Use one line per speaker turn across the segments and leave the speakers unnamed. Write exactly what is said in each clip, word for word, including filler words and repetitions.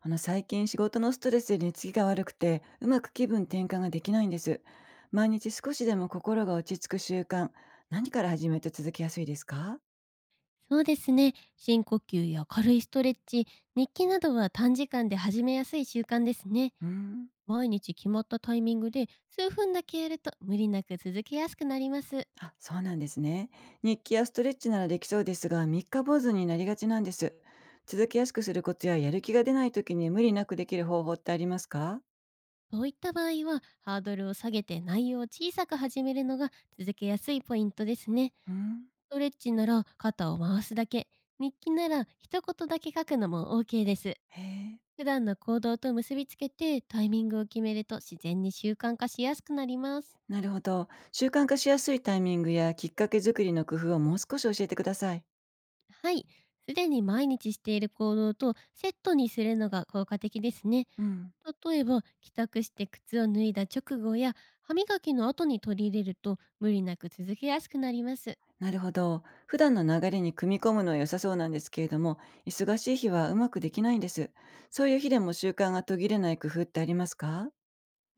あの最近仕事のストレスで寝つきが悪くてうまく気分転換ができないんです。毎日少しでも心が落ち着く習慣、何から始めると続きやすいですか？
そうですね。深呼吸や軽いストレッチ、日記などは短時間で始めやすい習慣ですね。
うーん。
毎日決まったタイミングで数分だけやると、無理なく続けやすくなります。
あ、そうなんですね。日記やストレッチならできそうですが、三日坊主になりがちなんです。続きやすくするコツややる気が出ない時に無理なくできる方法ってありますか？
そういった場合は、ハードルを下げて内容を小さく始めるのが続けやすいポイントですね。
うん。
ストレッチなら肩を回すだけ、日記なら一言だけ書くのも OK です。
へえ。
普段の行動と結びつけてタイミングを決めると、自然に習慣化しやすくなります。
なるほど。習慣化しやすいタイミングやきっかけ作りの工夫をもう少し教えてください。
はい。すでに毎日している行動とセットにするのが効果的ですね。
うん。
例えば、帰宅して靴を脱いだ直後や歯磨きの後に取り入れると、無理なく続けやすくなります。
なるほど。普段の流れに組み込むのは良さそうなんですけれども、忙しい日はうまくできないんです。そういう日でも習慣が途切れない工夫ってありますか？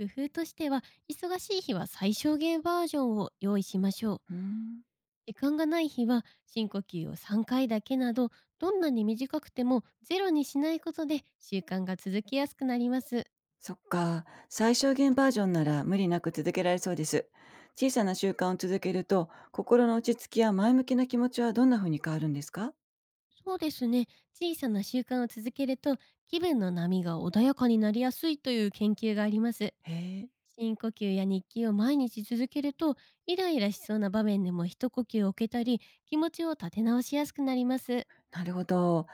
工夫としては、忙しい日は最小限バージョンを用意しましょう。
うーん。
時間がない日は深呼吸をさんかいだけなど、どんなに短くてもゼロにしないことで習慣が続きやすくなります。
そっか。最小限バージョンなら無理なく続けられそうです。小さな習慣を続けると、心の落ち着きや前向きな気持ちはどんな風に変わるんですか？
そうですね。小さな習慣を続けると、気分の波が穏やかになりやすいという研究があります。
へえ。
深呼吸や日記を毎日続けると、イライラしそうな場面でも一呼吸を置けたり、気持ちを立て直しやすくなります。
なるほど。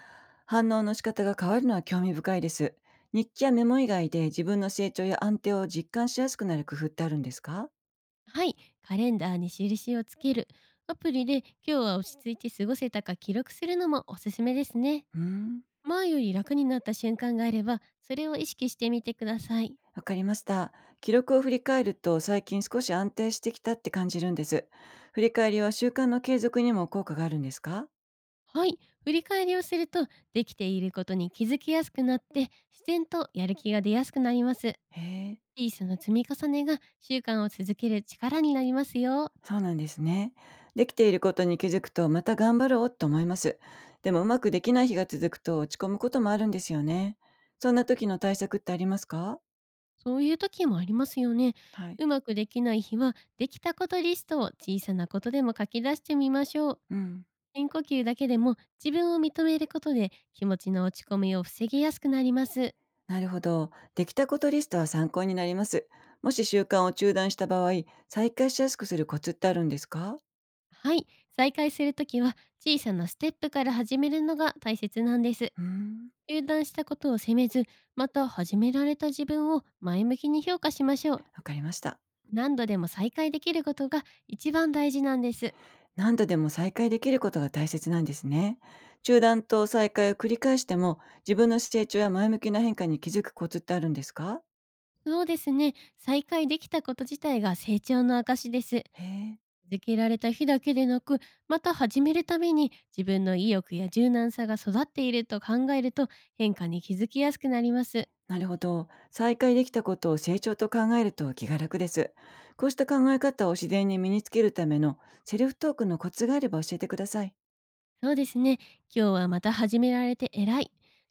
反応の仕方が変わるのは興味深いです。日記やメモ以外で自分の成長や安定を実感しやすくなる工夫ってあるんですか？
はい、カレンダーに印をつける。アプリで今日は落ち着いて過ごせたか記録するのもおすすめですね。
うーん。
前より楽になった瞬間があれば、それを意識してみてください。
わかりました。記録を振り返ると最近少し安定してきたって感じるんです。振り返りは習慣の継続にも効果があるんですか？
はい。振り返りをすると、できていることに気づきやすくなって、自然とやる気が出やすくなります。
へえ、
小さな積み重ねが習慣を続ける力になりますよ。
そうなんですね。できていることに気づくとまた頑張ろうと思います。でもうまくできない日が続くと落ち込むこともあるんですよね。そんな時の対策ってありますか？
そういう時もありますよね。
はい。
うまくできない日は、できたことリストを小さなことでも書き出してみましょう。
うん。
深呼吸だけでも自分を認めることで、気持ちの落ち込みを防ぎやすくなります。
なるほど。できたことリストは参考になります。もし習慣を中断した場合、再開しやすくするコツってあるんですか？
はい。再開するときは、小さなステップから始めるのが大切なんです。
うん。
中断したことを責めず、また始められた自分を前向きに評価しましょう。
わかりました。
何度でも再開できることが一番大事なんです。
何度でも再開できることが大切なんですね。中断と再開を繰り返しても、自分の成長や前向きな変化に気づくコツってあるんですか？
そうですね。再開できたこと自体が成長の証です。
へえ、
続けられた日だけでなく、また始めるために自分の意欲や柔軟さが育っていると考えると、変化に気づきやすくなります。
なるほど。再開できたことを成長と考えると気が楽です。こうした考え方を自然に身につけるためのセルフトークのコツがあれば教えてください。
そうですね。今日はまた始められて偉い。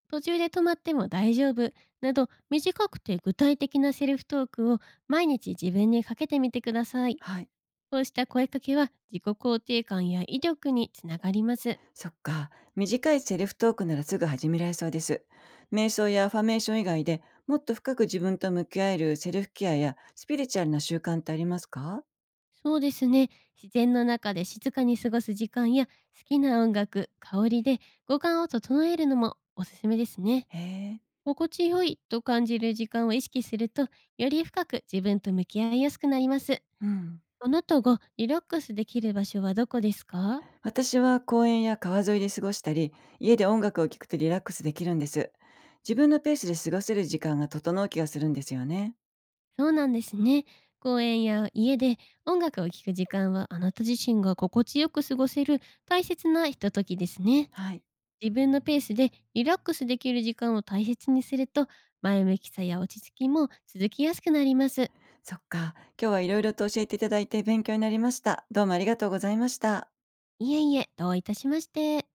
途中で止まっても大丈夫。など、短くて具体的なセルフトークを毎日自分にかけてみてください。
はい。
こうした声かけは自己肯定感や威力につながります。
そっか。短いセルフトークならすぐ始められそうです。瞑想やアファメーション以外でもっと深く自分と向き合えるセルフケアやスピリチュアルな習慣ってありますか？
そうですね。自然の中で静かに過ごす時間や好きな音楽、香りで五感を整えるのもおすすめですね。
へえ、
心地よいと感じる時間を意識すると、より深く自分と向き合いやすくなります。
うん。
あなたがリラックスできる場所はどこですか？
私は公園や川沿いで過ごしたり、家で音楽を聴くとリラックスできるんです。自分のペースで過ごせる時間が整う気がするんですよね。
そうなんですね。公園や家で音楽を聴く時間は、あなた自身が心地よく過ごせる大切なひとときですね。
はい。
自分のペースでリラックスできる時間を大切にすると、前向きさや落ち着きも続きやすくなります。
そっか。今日はいろいろと教えていただいて勉強になりました。どうもありがとうございました。
いえいえ、どういたしまして。